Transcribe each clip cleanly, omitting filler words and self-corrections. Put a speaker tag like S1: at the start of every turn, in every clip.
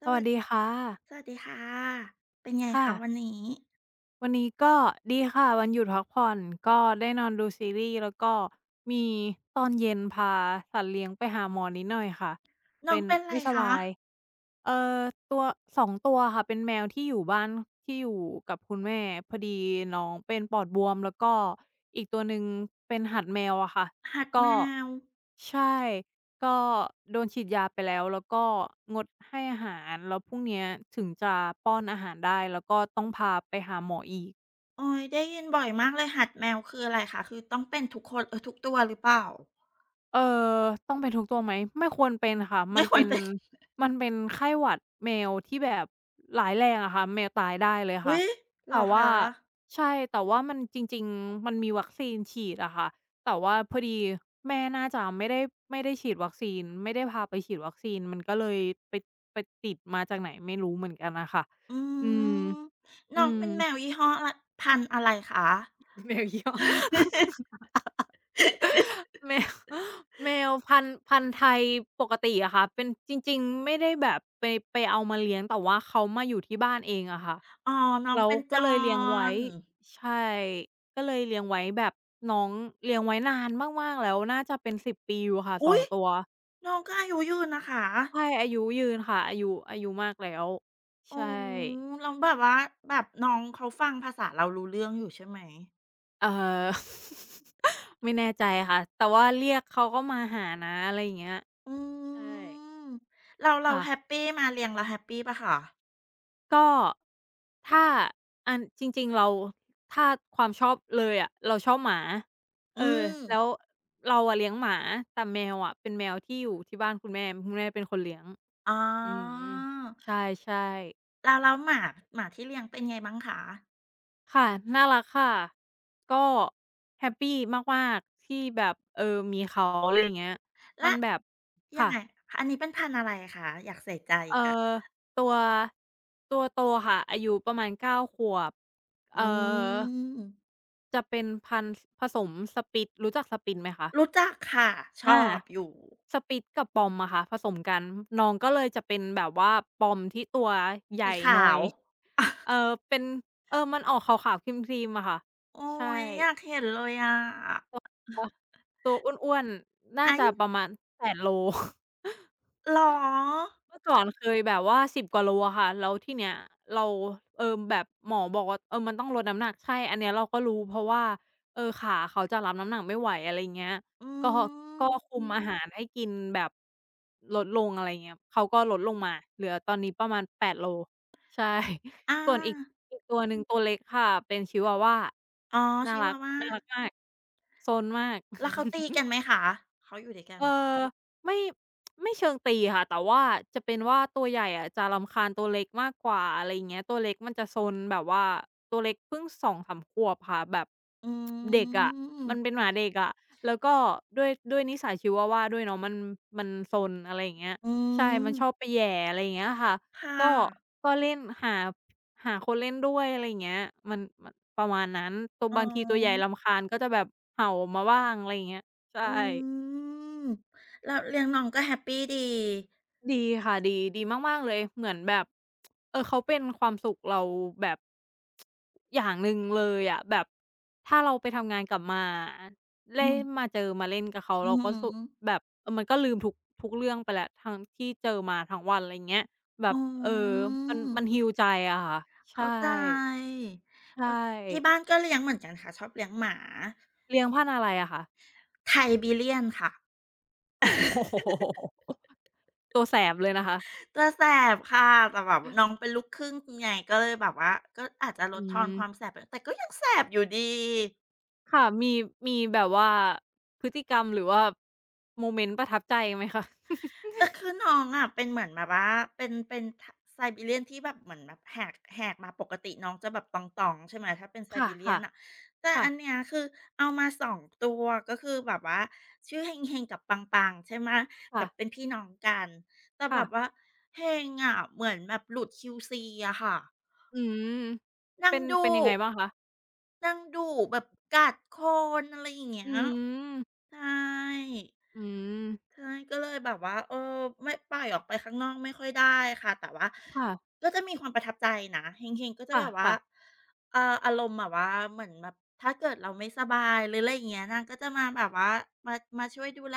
S1: ส
S2: สวั
S1: วั
S2: ส
S1: ส
S2: ดีค่ะ
S1: สวัสดีค่ะเป็นไง
S2: ค่ะ
S1: คะวันนี้
S2: วันนี้ก็ดีค่ะวันหยุดพักผ่อนก็ได้นอนดูซีรีส์แล้วก็มีตอนเย็นพาสัตว์เลี้ยงไปหาหมอนิดหน่อยค่ะ
S1: น้อ
S2: เป็
S1: ง
S2: น
S1: เป็นไร
S2: ไม่ส
S1: คะ
S2: บายเอ่อตัวสองตัวค่ะเป็นแมวที่อยู่บ้านที่อยู่กับคุณแม่พอดีน้องเป็นปอดบวมแล้วก็อีกตัวหนึ่งเป็นหัดแมวอะค่ะ
S1: หัดแม
S2: ก็
S1: ว
S2: ใช่ ก็โดนฉีดยาไปแล้วแล้วก็งดให้อาหารแล้วพรุ่งเนี้ยถึงจะป้อนอาหารได้แล้วก็ต้องพาไปหาหมออีก
S1: โอ้ยได้ยินบ่อยมากเลยหัดแมวคืออะไรคะคือต้องเป็นทุกคนทุกตัวหรือเปล่า
S2: เอ่อต้องเป็นทุกตัวไหม ไม่ควรเป็นค่ะมั
S1: ไม่
S2: น
S1: ควร
S2: เป็น
S1: เป็น
S2: มันเป็นไข้หวัดแมวที่แบบร้ายแรงอะค่ะแมวตายได้เลย
S1: อุ๊
S2: ค่ะ
S1: ยเหร
S2: แต่
S1: อ
S2: ว่า
S1: คะ
S2: ใช่แต่ว่ามันจริงๆมันมีวัคซีนฉีดอะค่ะแต่ว่าพอดีแม่น่าจะไม่ได้ไม่ได้ฉีดวัคซีนไม่ได้พาไปฉีดวัคซีนมันก็เลยไปไปติดมาจากไหนไม่รู้เหมือนกันน่ะค่ะ
S1: อื
S2: อืม
S1: ม
S2: อื
S1: น้อง
S2: ม
S1: เป็นแมวยี่ห้ออะไรพันธุ์อะไรคะ
S2: แมวยี่ห้อ แมว แมวพันธุ์ไทยปกติอะค่ะเป็นจริงๆไม่ได้แบบไปไปเอามาเลี้ยงแต่ว่าเขามาอยู่ที่บ้านเองอะค่ะ
S1: อ๋อน้อง
S2: แล้ว
S1: เป็นจ
S2: ก็
S1: อ
S2: เลยเลี้ยงไว้
S1: น
S2: ใช่ก็เลยเลี้ยงไว้แบบน้องเลี้ยงไว้นานมากๆแล้วน่าจะเป็นสิบปีอยู่ค่ะส
S1: อุ๊
S2: อ
S1: ย
S2: งตัว
S1: น้องก็อายุยืนนะคะ
S2: ใช่อายุยืนค่ะอายุอายุมากแล้ว
S1: อ๋อ
S2: ใช่
S1: แล้วแบบว่าแบบน้องเขาฟังภาษาเรารู้เรื่องอยู่ใช่ไหม
S2: เออ ไม่แน่ใจค่ะแต่ว่าเรียกเขาก็มาหานะอะไรอย่างเงี้ย
S1: อ
S2: ใช่
S1: ืมเราเรา
S2: ค่ะ
S1: แฮปปีมาเลี้ยงแล้วแฮปปีเปล่าคะ
S2: ก็ถ้าอันจริงๆเราถ้าความชอบเลยอะเราชอบหมาเอ
S1: อื
S2: อ
S1: ม
S2: แล้วเราอะเลี้ยงหมาแต่แมวอะเป็นแมวที่อยู่ที่บ้านคุณแม่คุณแม่เป็นคนเลี้ยง
S1: อ๋อ
S2: อืมใช่ๆ
S1: แล้วแล้วหมาหมาที่เลี้ยงเป็นไงบ้างคะ
S2: ค่ะน่ารักค่ะก็แฮปปีมากๆที่แบบเออมีเขาอะไรอย่างเงี้ยมั
S1: และ
S2: นแบบ
S1: ยัง
S2: ค่ะ
S1: ไงอันนี้เป็นพันธุ์อะไรคะอยากใส่ใจ
S2: เอ่
S1: อี
S2: อ
S1: กอะ
S2: ตัวตัวโตค่ะอายุประมาณ9ขวบ
S1: อื
S2: เอ่อ
S1: ม
S2: จะเป็นพันธุ์ผสม Spitz รู้จัก Spitz ไหมคะ
S1: รู้จักค่ะช
S2: อา
S1: อบอยู่
S2: Spitz กับ Pom อะค่ะผสมกันน้องก็เลยจะเป็นแบบว่า Pom ที่ตัวให
S1: สี
S2: ญ่ห
S1: ขา
S2: น่อย
S1: ว
S2: เออเป็นเออมันออกขาวๆครีมๆอะค่ะ
S1: โอ๊
S2: ใช่
S1: ยอยากเห็นเลยอะ
S2: ตัวตัวอ้วนๆน่า
S1: ไอ้
S2: จะประมาณ8โล
S1: เหรอ
S2: เมื่อก่อนเคยแบบว่า10กว่าโลอะค่ะแล้วทีเนี้ยเราเออแบบหมอบอกว่าเออมันต้องลดน้ำหนักใช่อันเนี้ยเราก็รู้เพราะว่าเออขาเขาจะรับน้ำหนักไม่ไหวอะไรเงี้ย
S1: อื
S2: ก็ก็
S1: ม
S2: คุมอาหารให้กินแบบลดลงอะไรเงี้ยเขาก็ลดลงมาเหลือตอนนี้ประมาณ8โลใช่
S1: อา
S2: ส่วนอีกอีกตัวหนึ่งตัวเล็กค่ะเป็นชิวาวา
S1: อ๋อ
S2: น่า
S1: ชิ
S2: รัก
S1: วาวา
S2: น่ารักมากซนมาก
S1: แล้วเขาตีกันไหมคะเขาอยู่ด้วยกัน
S2: เออไม่ไม่เชิงตีค่ะแต่ว่าจะเป็นว่าตัวใหญ่อะจะรำคาญตัวเล็กมากกว่าอะไรอย่างเงี้ยตัวเล็กมันจะซนแบบว่าตัวเล็กเพิ่งสองสามขวบค่ะแบบ
S1: อื
S2: เด็กอะมันเป็น
S1: ม
S2: หมาเด็กอะแล้วก็ด้วยนิสัยชิวาวาด้วยเนาะมันซนอะไรอย่างเงี้ย
S1: อื
S2: ใช่มันชอบ
S1: ม
S2: ไปแหย่อะไรอย่างเงี้ยค่ะ
S1: ค่ะ
S2: ก็ก็เล่นหาหาคนเล่นด้วยอะไรอย่างเงี้ยมันประมาณนั้นตัว
S1: อ๋
S2: บางทีตัวใหญ่
S1: อ
S2: รำคาญก็จะแบบเห่ามาบ้างอะไรอย่างเงี้ย
S1: อ
S2: ใช่
S1: ืมแล้วเลี้ยงน้องก็แฮปปีดี
S2: ดีค่ะดีดีมากๆเลยเหมือนแบบเออเขาเป็นความสุขเราแบบอย่างหนึ่งเลยอะแบบถ้าเราไปทำงานกลับมาอะ
S1: อื
S2: เล่
S1: ม
S2: นมาเจอมาเล่นกับเขา
S1: อือ
S2: เราก็สุ
S1: ฮึ
S2: แบบเออมันก็ลืมทุกเรื่องไปแล้วทั้งที่เจอมาทั้งวันอะไรเงี้ยแบ
S1: อื
S2: บเออมัน
S1: ม
S2: heal ใจอะค่ะใช่
S1: เข้าใจเอ
S2: ใช่
S1: อที่บ้านก็เลี้ยงเหมือนกันค่ะชอบเลี้ยงหมา
S2: เลี้ยงพันธุ์อะไรอะคะ
S1: Siberian ค่ะ
S2: โอ้โฮตัวแสบเลยนะคะ
S1: ตัวแสบค่ะแต่แบบน้องเป็นลูกครึ่งไงก็เลยแบบว่าก็อาจจะล
S2: อื
S1: ดทอน
S2: ม
S1: ความแสบไปแต่ก็ยังแสบอยู่ดี
S2: ค่ะมีมีแบบว่าพฤติกรรมหรือว่าโมเมนต์ประทับใจไหมคะ
S1: อ็คือน้องอะเป็นเหมือนแบบว่าเป็นเป็นทไซบีเรียนที่แบบเหมือนแบบแหกแหกมาปกติน้องจะแบบตองๆใช่ไหมถ้าเป็นไซ
S2: ค่ะ
S1: บีเรีย
S2: ค่ะ
S1: นน่ะแต่
S2: ค่ะ
S1: อันเนี้ยคือเอามา2ตัวก็คือแบบว่าชื่อเฮงๆกับปังๆใช่ไหมแบ
S2: ค่ะ
S1: บเป็นพี่น้องกันแต่แบ
S2: ค่ะ
S1: บว่าเฮงอะเหมือนแบบหลุด QC อะค่ะ
S2: อืม
S1: นาง
S2: เป็น
S1: ดุ
S2: เป็นยังไงบ้างคะ
S1: นางดุแบบกัดคนอะไรอย่างเงี้ย
S2: อืม
S1: ใช่
S2: อืม
S1: ใช่ก็เลยแบบว่าไม่ปล่อยออกไปข้างนอกไม่ค่อยได้ค่ะแต่ว่า
S2: ค่ะ
S1: ก็จะมีความประทับใจนะเฮงๆก็จะแบบว่า
S2: ค่ะ
S1: เอ่ออารมณ์แบบว่าเหมือนแบบถ้าเกิดเราไม่สบายหรืออะไรอย่างเงี้ยนางก็จะมาแบบว่ามามาช่วยดูแล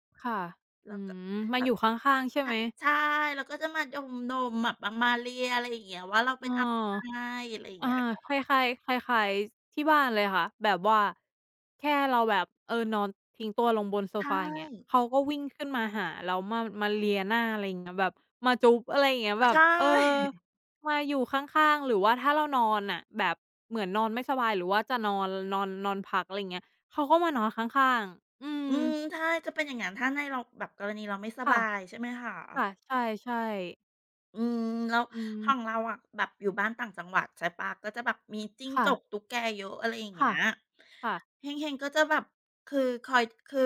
S2: ๆค่ะ
S1: แล้
S2: อื
S1: วก็
S2: มมา
S1: แล้
S2: อ
S1: ว
S2: ยู่ข้างๆใช่
S1: อ
S2: ไหม
S1: ใช่แล้วก็จะมาดมๆแบบมามาเลียอะไรอย่างเงี้ยว่าเรา
S2: เอ
S1: เป็นอะ
S2: อ
S1: ไรอะไรอย่าง
S2: อา
S1: เงี้ย
S2: คล้ายๆคล้ายๆที่บ้านเลยค่ะแบบว่าแค่เราแบบเออนอนทิ้งตัวลงบนโซฟา
S1: ใช่
S2: อย่างเงี้ยเขาก็วิ่งขึ้นมาหาแล้วมาเลียหน้าอะไรอย่างเงี้ยแบบมาจุ๊บอะไรอย่างเงี้ยแบ
S1: ใช
S2: บเออ
S1: ่
S2: มาอยู่ข้างๆหรือว่าถ้าเรานอนน่ะแบบเหมือนนอนไม่สบายหรือว่าจะนอนนอนนอนพักอะไรอย่างเงี้ยเขาก็มานอนข้างๆอืม
S1: อืมใช่จะเป็นอย่างงั้นถ้าในเราแบบกรณีเราไม่สบา
S2: ค่ะ
S1: ยใช่ไหมคะ
S2: ค่ะใช่ๆ
S1: อืมแล้ว
S2: อื
S1: ของ
S2: ม
S1: เราอะแบบอยู่บ้านต่างจังหวัดใช่เปล่าก็จะแบบมีจิ้งจ
S2: ค่ะ
S1: กตุ๊กแกเยอะอะไรอย่างเงี้
S2: ค่ะ
S1: ย
S2: ค่ะ
S1: เฮงๆก็จะแบบคือคอยคือ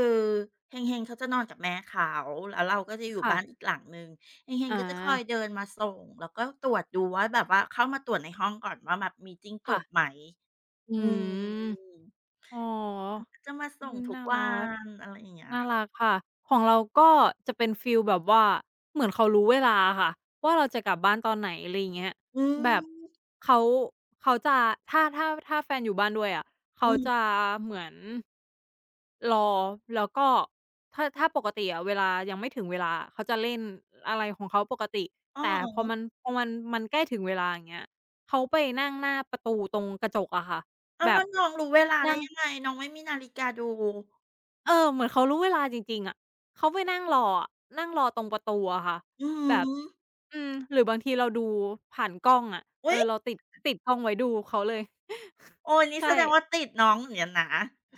S1: เฮงๆเขาจะนอนกับแม่เขาแล้วเราก็จะอยู่
S2: ค่ะ
S1: บ้านอีกหลังหนึ่งเฮง
S2: อา
S1: ๆก็จะคอยเดินมาส่งแล้วก็ตรวจดูว่าแบบว่าเข้ามาตรวจในห้องก่อนว่าแบบมีจิ้งจ
S2: ค่ะ
S1: กไหม
S2: อื
S1: อืม
S2: มอ๋อ
S1: จะมา
S2: อื
S1: ส่ง
S2: ม
S1: ทุก
S2: น่า
S1: วั
S2: รัก
S1: นอะไรอย่างเงี้ย
S2: น่า
S1: ค่ะ
S2: รักค่ะ ของเราก็จะเป็นฟีลแบบว่าเหมือนเขารู้เวลาอะค่ะ ว่าเราจะกลับบ้านตอนไหนอะไรอย่างเงี้ย
S1: อื
S2: แบบ
S1: ม
S2: เขาเขาจะถ้าแฟนอยู่บ้านด้วยอะ
S1: อื
S2: เขาจะ
S1: ม
S2: เหมือนรอ แล้วก็ถ้าปกติอะเวลายังไม่ถึงเวลาอะเขาจะเล่นอะไรของเขาปกติ
S1: อ้อ
S2: แต่พอมัน พอมันใกล้ถึงเวลาอย่างเงี้ยเขาไปนั่งหน้าประตูตรงกระจกอะค่ะ
S1: ๆอ้าว
S2: แบ
S1: แล้
S2: บ
S1: วน้องรู้เวลาได้
S2: นั่ง
S1: ยังไงน้องไม่มีนาฬิกาดู
S2: เออเหมือนเขารู้เวลาจริงๆอะเขาไปนั่งรออะนั่งรอตรงประตูอะค่ะ
S1: อื
S2: แบบ
S1: ม
S2: อืมหรือบางทีเราดูผ่านกล้องอะเอ
S1: อุ๊ย
S2: อเราติดกล้องไว้ดูเขาเลย
S1: โอ้นี่
S2: ใช่
S1: แสดงว่าติดน้องเหมือนกันนะ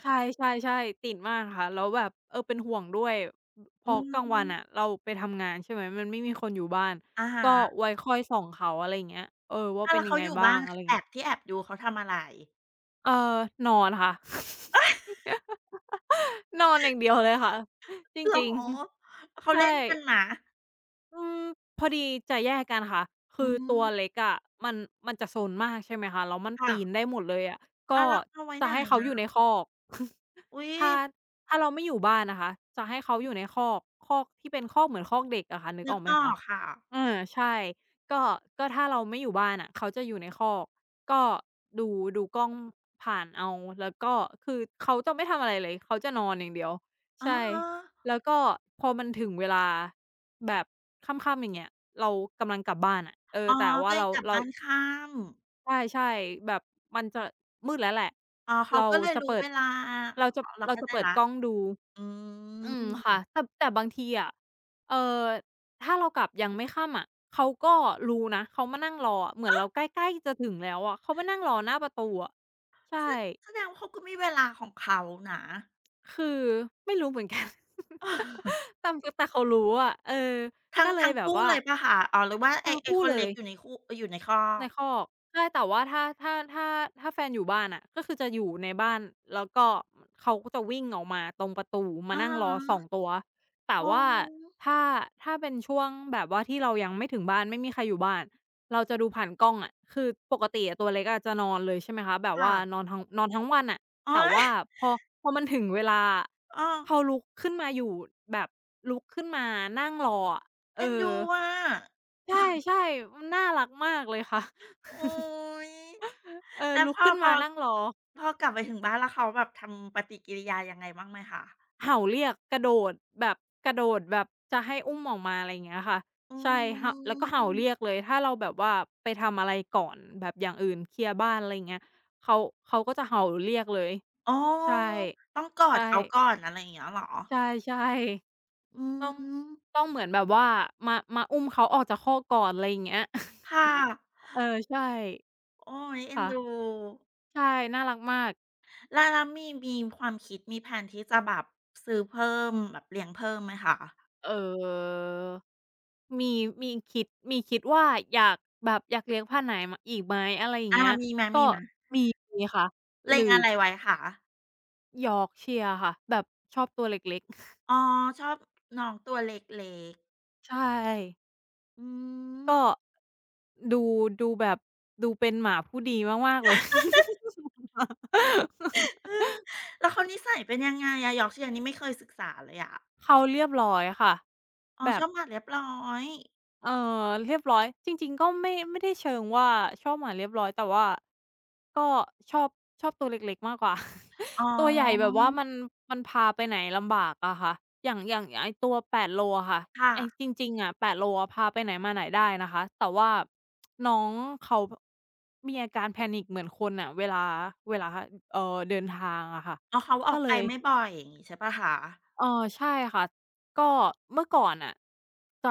S2: ใช่ๆๆติดมากค่ะแล้วแบบเออเป็นห่วงด้วยพ
S1: อื
S2: อกลางวันอะ
S1: ม
S2: เราไปทำงานใช่ไหมมันไม่มีคนอยู่บ้าน
S1: อะ
S2: ก็
S1: ฮะ
S2: ไว้คอยส่องเขาอะไรอย่างเงี้ยเออว่า
S1: อาว
S2: เป็
S1: แล้
S2: น
S1: ว
S2: ยั
S1: เขา
S2: งไง
S1: อยู่
S2: บ้า
S1: บ้า
S2: ง
S1: น
S2: อะไร
S1: แอ
S2: เงี้ย
S1: บที่แอบดูเขาทำอะไร
S2: เอ่อนอนค่ะ นอนอย่างเดียวเลยค่ะจ
S1: เหรอ
S2: ริงๆ
S1: เขา
S2: ใช่
S1: เล่นกันไหม
S2: อืมพอดีจะแยกกันค่ะ
S1: อื
S2: คือตั
S1: ม
S2: วเล็กอะมันจะซนมากใช่ไหมคะแล้วมัน
S1: ค่ะ
S2: ปีนได้หมดเลยอะ
S1: อ้า
S2: ก็
S1: วแล้วเอาไว้ไห
S2: จะ
S1: น
S2: ให้เขาอ
S1: อะ
S2: ยู่ในคอก
S1: อุ๊ย
S2: ถ้าเราไม่อยู่บ้านนะคะจะให้เขาอยู่ในคอกคอกที่เป็นคอกเหมือนคอกเด็กอะค่ะนึก
S1: นึ
S2: อ
S1: ก
S2: อกไหม
S1: ออ
S2: คะ
S1: กค่ะ
S2: เออใช่ก็ถ้าเราไม่อยู่บ้านอะเขาจะอยู่ในคอกก็ดูกล้องผ่านเอาแล้วก็คือเขาจะไม่ทำอะไรเลยเขาจะนอนอย่างเดียว
S1: อ๋อ
S2: ใช่แล้วก็พอมันถึงเวลาแบบค่ำๆอย่างเงี้ยเรากำลังกลับบ้านอะเอ
S1: ๆ
S2: อ
S1: อ๋อ
S2: แต่ว่า
S1: ตัวเอง
S2: เรา
S1: กลับบ้านค่ำ
S2: ใช่ๆแบบมันจะมืดแล้วแหละ
S1: อ๋อเขา
S2: เรา
S1: ก็เลย
S2: จะ
S1: รู้
S2: เปิ
S1: เว
S2: ด
S1: ลาอ๋อเรา
S2: เรา
S1: เข้า
S2: จะ
S1: ใจ
S2: เปิด
S1: แล้ว
S2: กล้องดู
S1: อื
S2: อืมค่ะ
S1: ม
S2: แต่บางทีอะเอ่อถ้าเรากลับยังไม่ค่ำอะเขาก็รู้นะเขามานั่งรออะเหมือนเราใกล้ๆจะถึงแล้วอะเขามานั่งรอหน้าประตูอะใช่
S1: แสดงว่าเขาก็มีเวลาของเขานะ
S2: คือไม่รู้เหมือนกัน แต่เขารู้อะเออ
S1: ทั้
S2: ก็
S1: ง
S2: เล
S1: ทั้
S2: ย
S1: ง
S2: แบบ
S1: คู่
S2: ว่า
S1: เลยเปล่าคะอ๋อหรือว่าไอ้
S2: ทั้ง
S1: ไอ้
S2: คู่
S1: คน
S2: เล
S1: เล็ก
S2: ย
S1: อยู่ในคู่อยู่ในคอ
S2: ใน
S1: ก
S2: คอกใช่แต่ว่าถ้าถ้าแฟนอยู่บ้านอะก็คือจะอยู่ในบ้านแล้วก็เขาก็จะวิ่งออกมาตรงประตูมา
S1: อะ
S2: นั่ง
S1: ฮะ
S2: รอสองตัวแต่
S1: อ๋อ
S2: ว่าถ้าเป็นช่วงแบบว่าที่เรายังไม่ถึงบ้านไม่มีใครอยู่บ้านเราจะดูผ่านกล้องอะคือปกติอะตัวเล็กอะจะนอนเลยใช่ไหมคะแบบ
S1: ค่ะ
S2: ว่านอนทั้งนอนทั้งวันอะแต่
S1: อ๊ย
S2: ว่าพอมันถึงเวลาอะ
S1: เออ
S2: เขาลุกขึ้นมาอยู่แบบลุกขึ้นมานั่งรออะเอ
S1: เอ็น
S2: อ
S1: ดูอะ
S2: ใ ช่ๆมันน่ารักมากเลยค่ะ
S1: โอ๊ย
S2: เออ
S1: แล้ว
S2: ลุ
S1: พ
S2: ก
S1: อ
S2: ขึ้น
S1: พ
S2: มา
S1: อ
S2: นั่งรอ
S1: พอกลับไปถึงบ้านแล้วเขาแบบทำปฏิกิริยายังไงบ้างไหมคะ
S2: เห่าเรียกกระโดดแบบกระโดดแบบจะให้อุ้มออกมาอะไรอย่างเงี้ยค่ะ
S1: อื
S2: ใช่หแล้วก็เห่าเรียก
S1: ม
S2: เลยถ้าเราแบบว่าไปทำอะไรก่อนแบบอย่างอื่นเคลียร์บ้านอะไรอย่างเงี้ยเขาก็จะเห่าเรียกเลย
S1: อ๋อ
S2: ใช่
S1: ต้องกอด
S2: ใช่
S1: เขาก่อนอะไรอย่างเงี้ยเหรอ
S2: ใช่ๆ
S1: อื
S2: ต้อง
S1: ม
S2: เหมือนแบบว่ามาอุ้มเขาออกจากคอกก่อนอะไรอย่างเงี้ย
S1: ค่ะ
S2: เออใช่
S1: โอ๊ยเอ็น
S2: ค่ะ
S1: ดู
S2: ใช่น่ารักมาก
S1: แล้วแล้วมีมีความคิดมีแผลนที่จะแบบซื้อเพิ่มแบบเลี้ยงเพิ่มไหมคะ
S2: เอ่อมีมีคิดว่าอยากแบบอยากเลี้ยงพันธุ์ไหนมอีกไหมอะไรอย่าง
S1: อา
S2: เงี้ย
S1: มีไหม
S2: ก็
S1: มีไหม
S2: มีมีค่ะห
S1: เล็
S2: รื
S1: ง
S2: อ
S1: อะไรไว้คะ
S2: Yorkshire ค่ะแบบชอบตัวเล็กๆ
S1: อ๋อชอบน้องตัวเล็กๆ
S2: ใช่
S1: อืม
S2: ก็ดูแบบดูเป็นหมาผู้ดีมากๆเลย
S1: เออแล้วเขานิสัยเป็นยังไงอะ Yorkshire นี่ไม่เคยศึกษาเลยอะ
S2: เขาเรียบร้อยค่ะ
S1: อ๋อ
S2: แบ
S1: ช
S2: บ
S1: อบหมาเรียบร้อย
S2: เออเรียบร้อยจริงๆก็ไม่ได้เชิงว่าชอบหมาเรียบร้อยแต่ว่าก็ชอบตัวเล็กๆมากกว่า
S1: อ๋
S2: ตัวใหญ่แบบ
S1: อ
S2: ว่ามันพาไปไหนลำบากอะค่ะอย่างไอตัว8โลอะค่ะ
S1: ค่ะ
S2: ไอจริงๆอะ8โลอะพาไปไหนมาไหนได้นะคะแต่ว่าน้องเขามีอาการแพนิคเหมือนคนอ่ะเวลาเวลาเออเดินทางอะค่ะ
S1: อ๋อเขาออ
S2: ก็
S1: ก
S2: เล
S1: ไป
S2: ย
S1: ไม่บ่อยอย่างงี้ใช่เปล่าคะ
S2: เออใช่ค่ะก็เมื่อก่อนน่ะจะ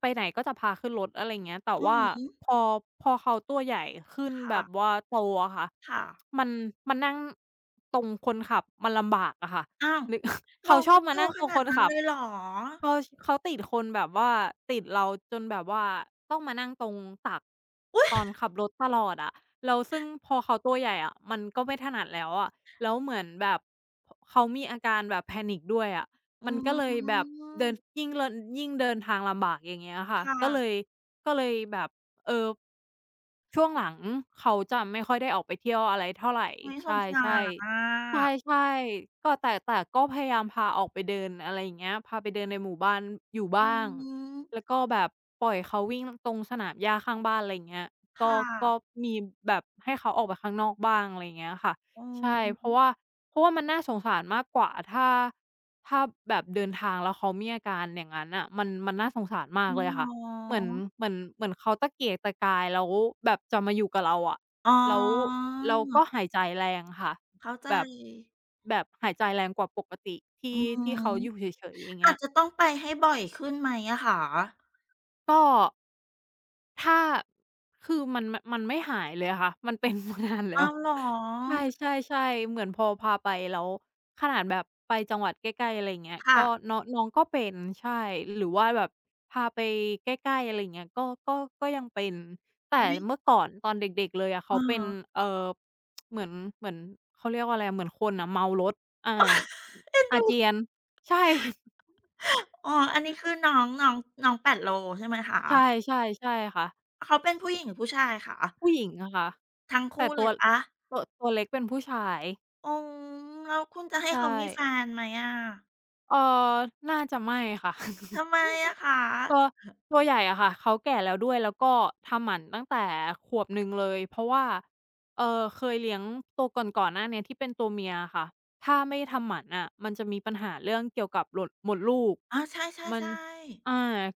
S2: ไปไหนก็จะพาขึ้นรถอะไรอย่างเงี้ยแต่
S1: อื
S2: ว่า
S1: อฮึ
S2: พอเขาตัวใหญ่ขึ้นแบ
S1: ค
S2: บว่าโตอะค่ะ
S1: ่ะๆ
S2: มันนั่งตรงคนขับมันลำบากอะค่ะ
S1: อ้าว
S2: นึก
S1: น้อ
S2: เขา
S1: ง
S2: ชอ
S1: เขา
S2: บ
S1: โต
S2: มานั่ง
S1: ข
S2: ตรง
S1: นา
S2: ค
S1: ด
S2: น
S1: นั้น
S2: ขั
S1: เล
S2: บ
S1: ยเหรอ
S2: เขาชเขาติดคนแบบว่าติดเราจนแบบว่าต้องมานั่งตรงตัก
S1: อุ๊ย
S2: ตอนขับรถตลอดอะแล้วซึ่งพอเขาตัวใหญ่อะมันก็ไม่ถนัดแล้วอะแล้วเหมือนแบบขเขามีอาการแบบ panic ด้วยอะ
S1: อื
S2: มันก็เลยแบบเดิน
S1: ม
S2: ยิ่งเลินยิ่งเดินทางลำบากอย่างเงี้ย
S1: ค
S2: ค่ะก็เล
S1: ่ะ
S2: ยแบบเอ่อช่วงหลังเขาจะไม่ค่อยได้ออกไปเที่ยวอะไรเท่าไร
S1: อุ๊ยสง
S2: ใช่ๆ
S1: สารอะ
S2: ใช่ๆก็แต่ก็พยายามพาออกไปเดินอะไรอย่างเงี้ยพาไปเดินในหมู่บ้านอยู่
S1: อื
S2: บ้าง
S1: ม
S2: แล้วก็แบบปล่อยเขาวิ่งตรงสนามหญ้าข้างบ้านอะไรอย่างเงี้ยก็
S1: ค่ะ
S2: ก็มีแบบให้เขาออกไปข้างนอกบ้างอะไรอย่างเงี้ยค่ะ
S1: อื
S2: ใช่เพราะว่า
S1: ม
S2: มันน่าสงสารมากกว่าถ้าถ้าแบบเดินทางแล้วเขามีอาการอย่างงั้นน่ะมันมันน่าสงสารมา
S1: อือ
S2: กเลยค่ะเหมือนเขาตะเกียกตะกายแล้วแบบจะมาอยู่กับเราอะ
S1: อ๋ออ๋
S2: แล้ว
S1: อ
S2: เราก็หายใจแรงค่ะ
S1: เข้าใจ
S2: แบบแบบหายใจแรงกว่าปกติที่
S1: อือฮึ
S2: ที่เขาอยู่เฉยๆอย่างเงี้
S1: อาจ
S2: ย
S1: จะต้องไปให้บ่อยขึ้นไหมอะคะ
S2: ก็ ถ้าคือมันไม่หายเลยอะค่ะ มันเป็นมานานแล้
S1: อ้า
S2: ว
S1: วเหรอ
S2: ใช่ๆๆเหมือนพอพาไปแล้วขนาดแบบไปจังหวัดใกล้ๆอะไรอย่างเงี้ย
S1: ค่ะ
S2: ก็น้องน้องก็เป็นใช่หรือว่าแบบพาไปใกล้ๆอะไรอย่างเงี้ยก็ก็ยังเป็นแต่
S1: อุ๊ย
S2: เมื่อก่อนตอนเด็กๆเลยอะเขา
S1: อะ
S2: เป็น
S1: ฮะ
S2: เอ่อเหมือนเหมือนเขาเรียกว่าอะไรอะเหมือนคนอะเมารถอา
S1: เอ็น
S2: อา
S1: ดู
S2: เจียนใช่
S1: อ๋ออันนี้คือน้อง น้องน้องแปดโลใช่ไหมคะ
S2: ใช่ๆใช่ค่ะ
S1: เขาเป็นผู้หญิงหรือผู้ชายคะ
S2: ผู้หญิงอะค่ะ
S1: ทั้ง
S2: แต่
S1: คู่เล
S2: ตั
S1: ย
S2: ว
S1: เปล่า
S2: ตัวเล็กเป็นผู้ชาย
S1: อ๋อแล้วคุณจะให้เขา
S2: ใช่
S1: มีแฟนไหมอะ
S2: เอ่อน่าจะไม่ค่ะ
S1: ทำไมอะคะ
S2: ตัวตัวใหญ่อะค่ะเขาแก่แล้วด้วยแล้วก็ทำหมันตั้งแต่ขวบหนึ่งเลยเพราะว่าเคยเลี้ยงตัวก่อนหน้าเนี้ยที่เป็นตัวเมียอะค่ะถ้าไม่ทำหมันน่ะมันจะมีปัญหาเรื่องเกี่ยวกับหลดมดลูก
S1: อ๋อใ
S2: มัน
S1: ช่ๆๆ
S2: อา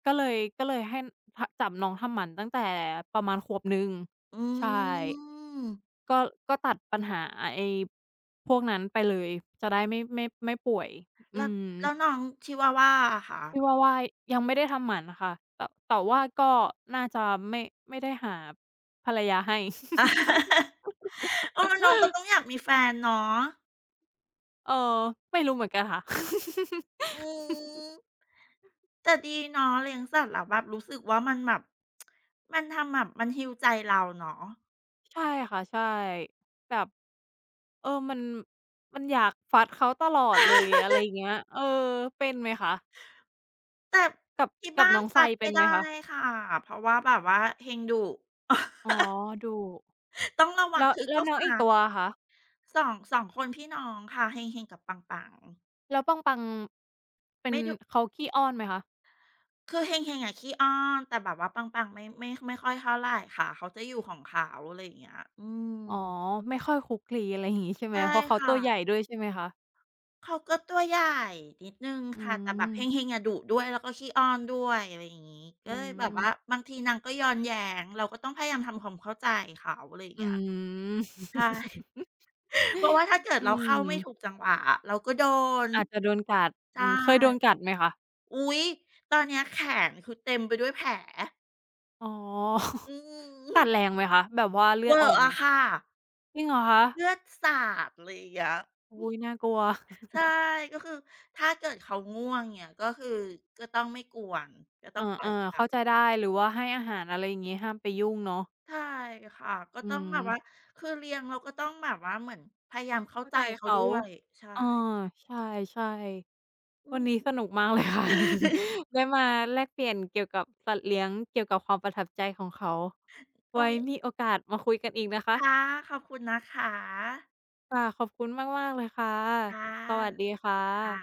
S2: ก็เลยให้ทจับน้องทำหมันตั้งแต่ประมาณขวบหนึ่ง
S1: อื
S2: ใช่
S1: ม
S2: ก็ก็ตัดปัญหาไอ้พวกนั้นไปเลยจะได้ไม่ป่วยอื
S1: แล้ว
S2: ม
S1: แล้วน้องชิวาวาอะคะ
S2: ที่ว่าวายังไม่ได้ทำหมันค่ะแต่ว่าก็น่าจะไม่ไม่ได้หาภรรยาให้
S1: อา เอ อน้องก็ต้องอยากมีแฟนเนาะ
S2: เออไม่รู้เหมือนกันค่ะ
S1: อืมแต่ดีเนาะเลี้ยงสัตว์แล้วแบบรู้สึกว่ามันแบบมันทำแบบมัน heal ใจเราเนาะ
S2: ใช่ค่ะใช่แบบเออมันอยากฟัดเขาตลอดเลยอะไรอย่างเงี้ยเออเป็นไหมคะ
S1: แต่
S2: กับ
S1: ที่
S2: กับ
S1: บ้าน
S2: น้องไซ
S1: สัตว์
S2: เป็
S1: ไม่
S2: นไหม
S1: ได้
S2: คะ
S1: ค่ะเพราะว่าแบบว่าเฮงดุ
S2: อ๋อดุ
S1: ต้องระวัง
S2: แล้ว
S1: คือ
S2: แล้ว
S1: ก็
S2: น้องอี
S1: ฝา
S2: ก
S1: ด
S2: ตัวอะคะ
S1: สองสองคนพี่น้องค่ะเฮงๆกับปังๆ
S2: แล้วปังปังเป็น
S1: ไม่ดุ
S2: เขาขี้อ้อนไหมคะ
S1: คือเฮงๆอะขี้อ้อนแต่แบบว่าปังๆไม่ไม่ค่อยเท่าไรค่ะเขาจะอยู่ของเขาอะไรอย่างเงี้ยอืม
S2: อ๋อไม่ค่อยคลุกคลีอะไรอย่างงี้ใช่ไหม
S1: ใช่
S2: เพราะเขาตั
S1: ค่ะ
S2: วใหญ่ด้วยใช่ไหมคะ
S1: เขาก็ตัวใหญ่นิดนึง
S2: อื
S1: ค่ะแต่แบบเฮ
S2: ม
S1: งๆอะดุด้วยแล้วก็ขี้อ้อนด้วยอะไรอย่างงี้
S2: อื
S1: ก็เลยแบบว่า
S2: ม
S1: บางทีนางก็ย้อนแย้งเราก็ต้องพยายามทำความเข้าใจเขาอะไรอย่าง
S2: อื
S1: เงี้ย
S2: ม
S1: ใช่ เพราะว่าถ้าเกิด
S2: อื
S1: เราเข้าไม่ถูก
S2: ม
S1: จังหวะเราก็โดน
S2: อาจจะโดนกัดอื
S1: ใช่
S2: มเคยโดนกัดไหมคะ
S1: อุ๊ยตอนเนี้ยแขนคือเต็มไปด้วยแผล
S2: อ๋อ
S1: อื
S2: กัดแร
S1: ม
S2: งไหมคะแบบว่าเลื
S1: เว
S2: อด
S1: อ
S2: ออ
S1: ร์
S2: กไหม
S1: อะค่ะ
S2: จริงเหรอคะ
S1: เลือดสาดเลยอย่างเงี้ย
S2: อุ๊ยน่ากลัว
S1: ใช่ ก็คือถ้าเกิดเขาง่วงเนี่ยก็คือก็ต้องไม่กวนก็ต้
S2: เอ
S1: องปล่อย
S2: อๆเข้าใจ
S1: เขา
S2: ได้หรือว่าให้อาหารอะไรอย่างงี้ห้ามไปยุ่งเนาะ
S1: ใช่ค่ะก็
S2: อื
S1: ต้องแบบ
S2: ม
S1: ว่าคือเลี้ยงเราก็ต้องแบบว่าเหมือนพยายามเข้า
S2: เข้า
S1: ใจ
S2: ใจ
S1: เขา
S2: เขา
S1: ด้วยใช่
S2: เออใช่ๆ
S1: อื
S2: วัน
S1: ม
S2: นี้สนุกมากเลยค่ะ ได้มาแลกเปลี่ยนเกี่ยวกับสัตว์เลี้ยงเกี่ยวกับความประทับใจของเขา
S1: โอ้
S2: ไว้
S1: ค
S2: มีโอกาสมาคุยกันอีกนะคะ
S1: ค่ะขอบคุณนะคะ
S2: ค่ะขอบคุณมากๆเลยค่ะ
S1: ค่
S2: สวัส
S1: ะ
S2: ดีค่ะ
S1: ค่ะ